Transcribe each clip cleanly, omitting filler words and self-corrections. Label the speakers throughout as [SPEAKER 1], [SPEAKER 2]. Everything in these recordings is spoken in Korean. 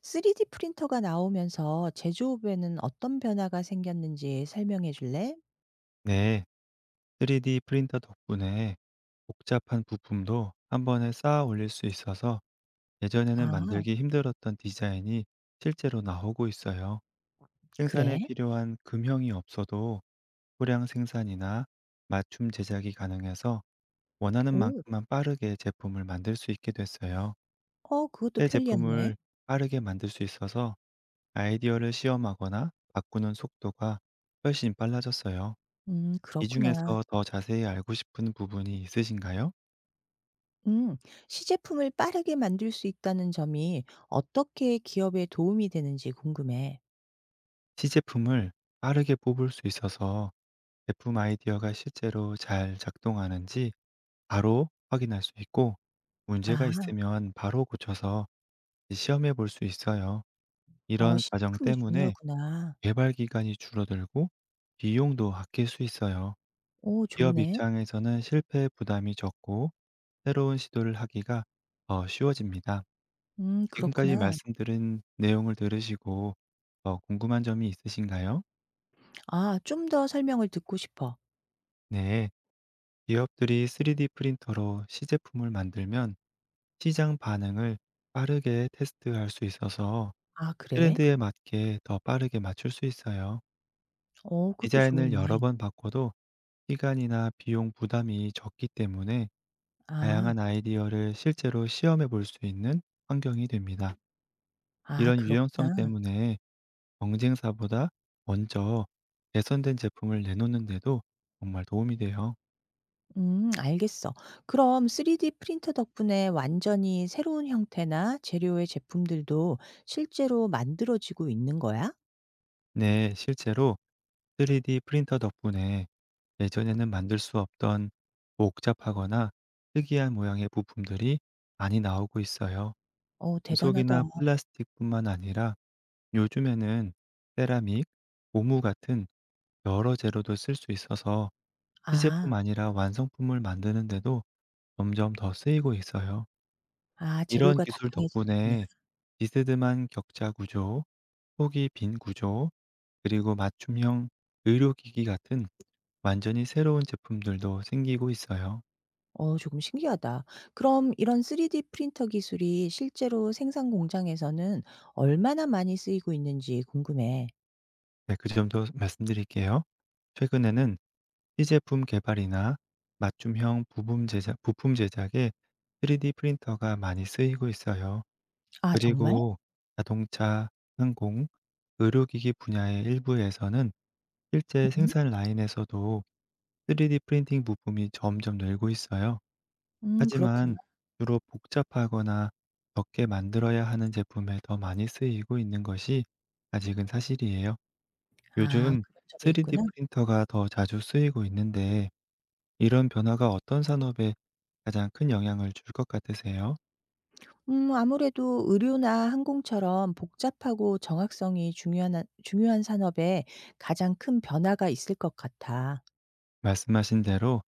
[SPEAKER 1] 3D 프린터가 나오면서 제조업에는 어떤 변화가 생겼는지 설명해 줄래?
[SPEAKER 2] 네, 3D 프린터 덕분에 복잡한 부품도 한 번에 쌓아 올릴 수 있어서 예전에는
[SPEAKER 1] 아,
[SPEAKER 2] 만들기 힘들었던 디자인이 실제로 나오고 있어요. 생산에
[SPEAKER 1] 그래?
[SPEAKER 2] 필요한 금형이 없어도 소량 생산이나 맞춤 제작이 가능해서 원하는
[SPEAKER 1] 오,
[SPEAKER 2] 만큼만 빠르게 제품을 만들 수 있게 됐어요.
[SPEAKER 1] 그것도
[SPEAKER 2] 새
[SPEAKER 1] 편리하네.
[SPEAKER 2] 제품을 빠르게 만들 수 있어서 아이디어를 시험하거나 바꾸는 속도가 훨씬 빨라졌어요. 이
[SPEAKER 1] 그렇구나.
[SPEAKER 2] 중에서 더 자세히 알고 싶은 부분이 있으신가요?
[SPEAKER 1] 음, 시제품을 빠르게 만들 수 있다는 점이 어떻게 기업에 도움이 되는지 궁금해.
[SPEAKER 2] 시제품을 빠르게 뽑을 수 있어서 제품 아이디어가 실제로 잘 작동하는지 바로 확인할 수 있고 문제가
[SPEAKER 1] 아,
[SPEAKER 2] 있으면 바로 고쳐서 시험해 볼 수 있어요. 이런 과정
[SPEAKER 1] 시제품이
[SPEAKER 2] 때문에
[SPEAKER 1] 중요하구나.
[SPEAKER 2] 개발 기간이 줄어들고 비용도 아낄 수 있어요.
[SPEAKER 1] 오,
[SPEAKER 2] 기업
[SPEAKER 1] 좋으네.
[SPEAKER 2] 입장에서는 실패 부담이 적고 새로운 시도를 하기가 더 쉬워집니다. 지금까지
[SPEAKER 1] 그렇구나.
[SPEAKER 2] 말씀드린 내용을 들으시고 궁금한 점이 있으신가요?
[SPEAKER 1] 아, 좀 더 설명을 듣고 싶어.
[SPEAKER 2] 네. 기업들이 3D 프린터로 시제품을 만들면 시장 반응을 빠르게 테스트할 수 있어서
[SPEAKER 1] 아, 그래?
[SPEAKER 2] 트렌드에 맞게 더 빠르게 맞출 수 있어요.
[SPEAKER 1] 그것도
[SPEAKER 2] 디자인을 여러
[SPEAKER 1] 좋으네.
[SPEAKER 2] 번 바꿔도 시간이나 비용 부담이 적기 때문에
[SPEAKER 1] 아,
[SPEAKER 2] 다양한 아이디어를 실제로 시험해 볼 수 있는 환경이 됩니다.
[SPEAKER 1] 아,
[SPEAKER 2] 이런 유연성
[SPEAKER 1] 그렇구나.
[SPEAKER 2] 때문에 경쟁사보다 먼저 개선된 제품을 내놓는 데도 정말 도움이 돼요.
[SPEAKER 1] 알겠어. 그럼 3D 프린터 덕분에 완전히 새로운 형태나 재료의 제품들도 실제로 만들어지고 있는 거야?
[SPEAKER 2] 네, 실제로 3D 프린터 덕분에 예전에는 만들 수 없던 복잡하거나 특이한 모양의 부품들이 많이 나오고 있어요.
[SPEAKER 1] 어, 대단하다.
[SPEAKER 2] 금속이나 플라스틱뿐만 아니라 요즘에는 세라믹, 고무 같은 여러 재료도 쓸 수 있어서 시제품
[SPEAKER 1] 아,
[SPEAKER 2] 아니라 완성품을 만드는데도 점점 더 쓰이고 있어요.
[SPEAKER 1] 아,
[SPEAKER 2] 이런
[SPEAKER 1] 재료가
[SPEAKER 2] 기술
[SPEAKER 1] 다양해지는구나.
[SPEAKER 2] 덕분에 비스듬한 격자 구조, 폭이 빈 구조, 그리고 맞춤형 의료기기 같은 완전히 새로운 제품들도 생기고 있어요.
[SPEAKER 1] 어, 조금 신기하다. 그럼 이런 3D 프린터 기술이 실제로 생산 공장에서는 얼마나 많이 쓰이고 있는지 궁금해.
[SPEAKER 2] 네, 그 점도 말씀드릴게요. 최근에는 시제품 개발이나 맞춤형 부품 제작, 부품 제작에 3D 프린터가 많이 쓰이고 있어요.
[SPEAKER 1] 아, 정말?
[SPEAKER 2] 그리고 자동차, 항공, 의료기기 분야의 일부에서는 실제
[SPEAKER 1] 음,
[SPEAKER 2] 생산 라인에서도 3D 프린팅 부품이 점점 늘고 있어요.
[SPEAKER 1] 그렇구나.
[SPEAKER 2] 하지만 주로 복잡하거나 적게 만들어야 하는 제품에 더 많이 쓰이고 있는 것이 아직은 사실이에요.
[SPEAKER 1] 아,
[SPEAKER 2] 요즘
[SPEAKER 1] 그런 점이
[SPEAKER 2] 3D
[SPEAKER 1] 있구나.
[SPEAKER 2] 프린터가 더 자주 쓰이고 있는데 이런 변화가 어떤 산업에 가장 큰 영향을 줄 것 같으세요?
[SPEAKER 1] 아무래도 의료나 항공처럼 복잡하고 정확성이 중요한 산업에 가장 큰 변화가 있을 것 같아.
[SPEAKER 2] 말씀하신 대로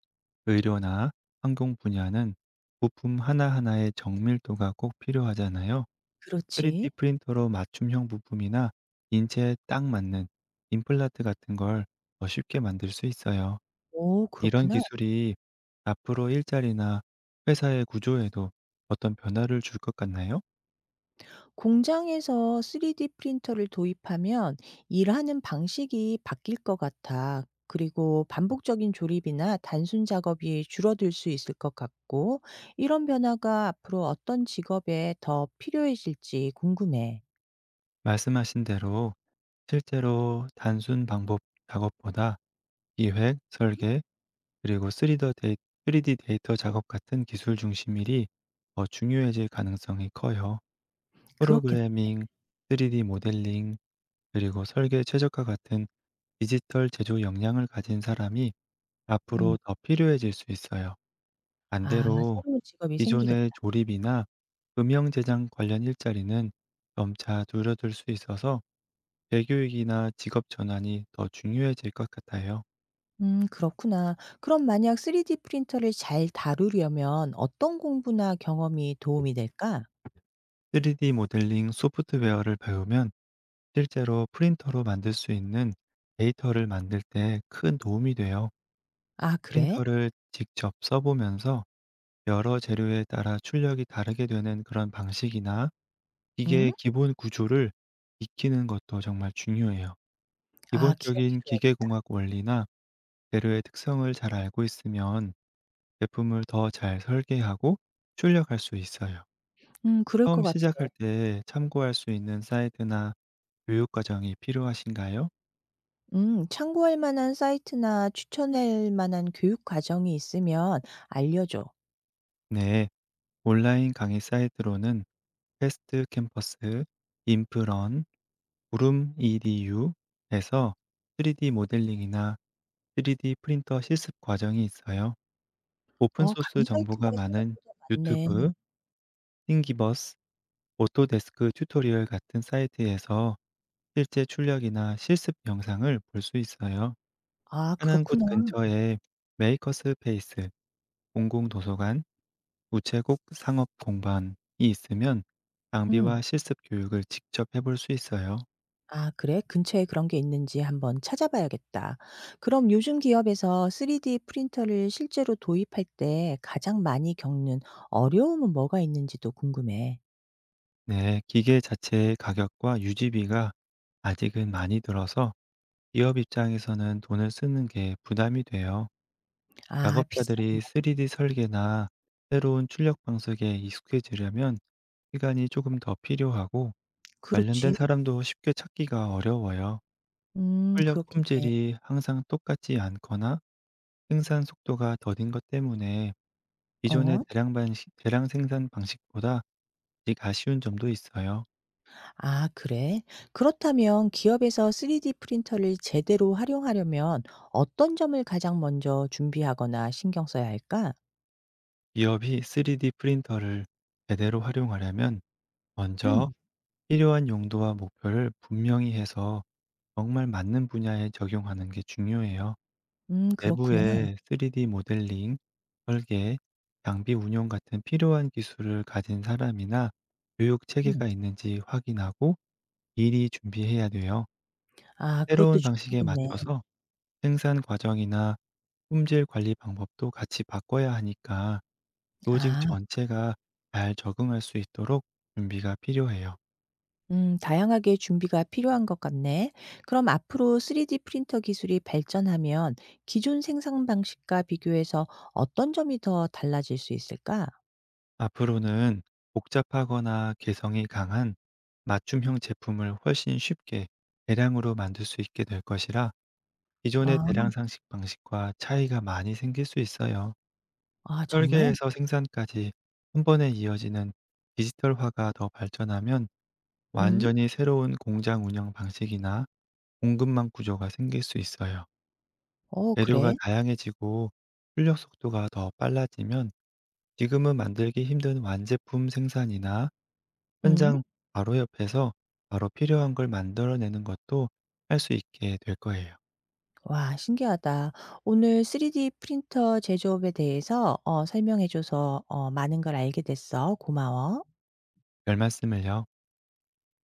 [SPEAKER 2] 의료나 항공 분야는 부품 하나하나의 정밀도가 꼭 필요하잖아요.
[SPEAKER 1] 그렇지.
[SPEAKER 2] 3D 프린터로 맞춤형 부품이나 인체에 딱 맞는 임플란트 같은 걸 더 쉽게 만들 수 있어요.
[SPEAKER 1] 오
[SPEAKER 2] 이런
[SPEAKER 1] 그렇구나.
[SPEAKER 2] 기술이 앞으로 일자리나 회사의 구조에도 어떤 변화를 줄 것 같나요?
[SPEAKER 1] 공장에서 3D 프린터를 도입하면 일하는 방식이 바뀔 것 같아. 그리고 반복적인 조립이나 단순 작업이 줄어들 수 있을 것 같고, 이런 변화가 앞으로 어떤 직업에 더 필요해질지 궁금해.
[SPEAKER 2] 말씀하신 대로 실제로 단순 방법 작업보다 기획, 설계, 그리고 3D 데이터 작업 같은 기술 중심 일이 더 중요해질 가능성이 커요.
[SPEAKER 1] 그렇겠
[SPEAKER 2] 프로그래밍, 3D 모델링, 그리고 설계 최적화 같은 디지털 제조 역량을 가진 사람이
[SPEAKER 1] 음.
[SPEAKER 2] 앞으로 더 필요해질 수 있어요.
[SPEAKER 1] 아
[SPEAKER 2] 반대로
[SPEAKER 1] 새로운 직업이 생기겠
[SPEAKER 2] 기존의
[SPEAKER 1] 다
[SPEAKER 2] 조립이나 음영 제작 관련 일자리는 점차 줄어들 수 있어서 재교육이나 직업 전환이 더 중요해질 것 같아요.
[SPEAKER 1] 그렇구나. 그럼 만약 3D 프린터를 잘 다루려면 어떤 공부나 경험이 도움이 될까?
[SPEAKER 2] 3D 모델링 소프트웨어를 배우면 실제로 프린터로 만들 수 있는 데이터를 만들 때 큰 도움이 돼요.
[SPEAKER 1] 아, 그래?
[SPEAKER 2] 프린터를 직접 써보면서 여러 재료에 따라 출력이 다르게 되는 그런 방식이나
[SPEAKER 1] 음?
[SPEAKER 2] 기계의 기본 구조를 익히는 것도 정말 중요해요.
[SPEAKER 1] 아,
[SPEAKER 2] 기본적인
[SPEAKER 1] 기억해둬야
[SPEAKER 2] 기계공학 원리나 재료의 특성을 잘 알고 있으면 제품을 더 잘 설계하고 출력할 수 있어요.
[SPEAKER 1] 그럴 것
[SPEAKER 2] 처음
[SPEAKER 1] 같아.
[SPEAKER 2] 시작할 때 참고할 수 있는 사이트나 교육 과정이 필요하신가요?
[SPEAKER 1] 참고할 만한 사이트나 추천할 만한 교육 과정이 있으면 알려줘.
[SPEAKER 2] 네, 온라인 강의 사이트로는 테스트 캠퍼스, 인프런, 구름 EDU에서 3D 모델링이나 3D 프린터 실습 과정이 있어요. 오픈
[SPEAKER 1] 어, 강의
[SPEAKER 2] 소스
[SPEAKER 1] 사이트가
[SPEAKER 2] 정보가 많은
[SPEAKER 1] 생각보다 많네.
[SPEAKER 2] 유튜브, 띵기버스, 오토데스크 튜토리얼 같은 사이트에서 실제 출력이나 실습 영상을 볼 수 있어요.
[SPEAKER 1] 아,
[SPEAKER 2] 사는 곳
[SPEAKER 1] 그렇구나.
[SPEAKER 2] 근처에 메이커스 페이스, 공공 도서관, 우체국 상업 공반이 있으면
[SPEAKER 1] 음.
[SPEAKER 2] 장비와 실습 교육을 직접 해볼 수 있어요.
[SPEAKER 1] 아, 그래? 근처에 그런 게 있는지 한번 찾아봐야겠다. 그럼 요즘 기업에서 3D 프린터를 실제로 도입할 때 가장 많이 겪는 어려움은 뭐가 있는지도 궁금해.
[SPEAKER 2] 네, 기계 자체의 가격과 유지비가 아직은 많이 들어서 기업 입장에서는 돈을 쓰는 게 부담이 돼요.
[SPEAKER 1] 아, 비싸구나.
[SPEAKER 2] 작업자들이 3D 설계나 새로운 출력 방식에 익숙해지려면 시간이 조금 더 필요하고 관련된
[SPEAKER 1] 그렇지.
[SPEAKER 2] 사람도 쉽게 찾기가 어려워요. 출력
[SPEAKER 1] 그렇겠네.
[SPEAKER 2] 품질이 항상 똑같지 않거나 생산 속도가 더딘 것 때문에 기존의
[SPEAKER 1] 어?
[SPEAKER 2] 대량, 반 대량 생산 방식보다 아직 아쉬운 점도 있어요.
[SPEAKER 1] 아, 그래? 그렇다면 기업에서 3D 프린터를 제대로 활용하려면 어떤 점을 가장 먼저 준비하거나 신경 써야 할까?
[SPEAKER 2] 기업이 3D 프린터를 제대로 활용하려면 먼저
[SPEAKER 1] 음,
[SPEAKER 2] 필요한 용도와 목표를 분명히 해서 정말 맞는 분야에 적용하는 게 중요해요.
[SPEAKER 1] 그렇구나.
[SPEAKER 2] 내부에 3D 모델링, 설계, 장비 운용 같은 필요한 기술을 가진 사람이나 교육 체계가
[SPEAKER 1] 음.
[SPEAKER 2] 있는지 확인하고 미리 준비해야 돼요.
[SPEAKER 1] 아, 그것도
[SPEAKER 2] 새로운 방식에
[SPEAKER 1] 중요하겠네.
[SPEAKER 2] 맞춰서 생산 과정이나 품질 관리 방법도 같이 바꿔야 하니까 조직
[SPEAKER 1] 아.
[SPEAKER 2] 전체가 잘 적응할 수 있도록 준비가 필요해요.
[SPEAKER 1] 다양하게 준비가 필요한 것 같네. 그럼 앞으로 3D 프린터 기술이 발전하면 기존 생산 방식과 비교해서 어떤 점이 더 달라질 수 있을까?
[SPEAKER 2] 앞으로는 복잡하거나 개성이 강한 맞춤형 제품을 훨씬 쉽게 대량으로 만들 수 있게 될 것이라 기존의
[SPEAKER 1] 아,
[SPEAKER 2] 대량 상식 방식과 차이가 많이 생길 수 있어요.
[SPEAKER 1] 아, 정말?
[SPEAKER 2] 설계에서 생산까지 한 번에 이어지는 디지털화가 더 발전하면
[SPEAKER 1] 음?
[SPEAKER 2] 완전히 새로운 공장 운영 방식이나 공급망 구조가 생길 수 있어요.
[SPEAKER 1] 어,
[SPEAKER 2] 재료가
[SPEAKER 1] 그래?
[SPEAKER 2] 다양해지고 출력 속도가 더 빨라지면 지금은 만들기 힘든 완제품 생산이나
[SPEAKER 1] 음?
[SPEAKER 2] 현장 바로 옆에서 바로 필요한 걸 만들어내는 것도 할 수 있게 될 거예요.
[SPEAKER 1] 와, 신기하다. 오늘 3D 프린터 제조업에 대해서 설명해줘서 많은 걸 알게 됐어. 고마워.
[SPEAKER 2] 별 말씀을요.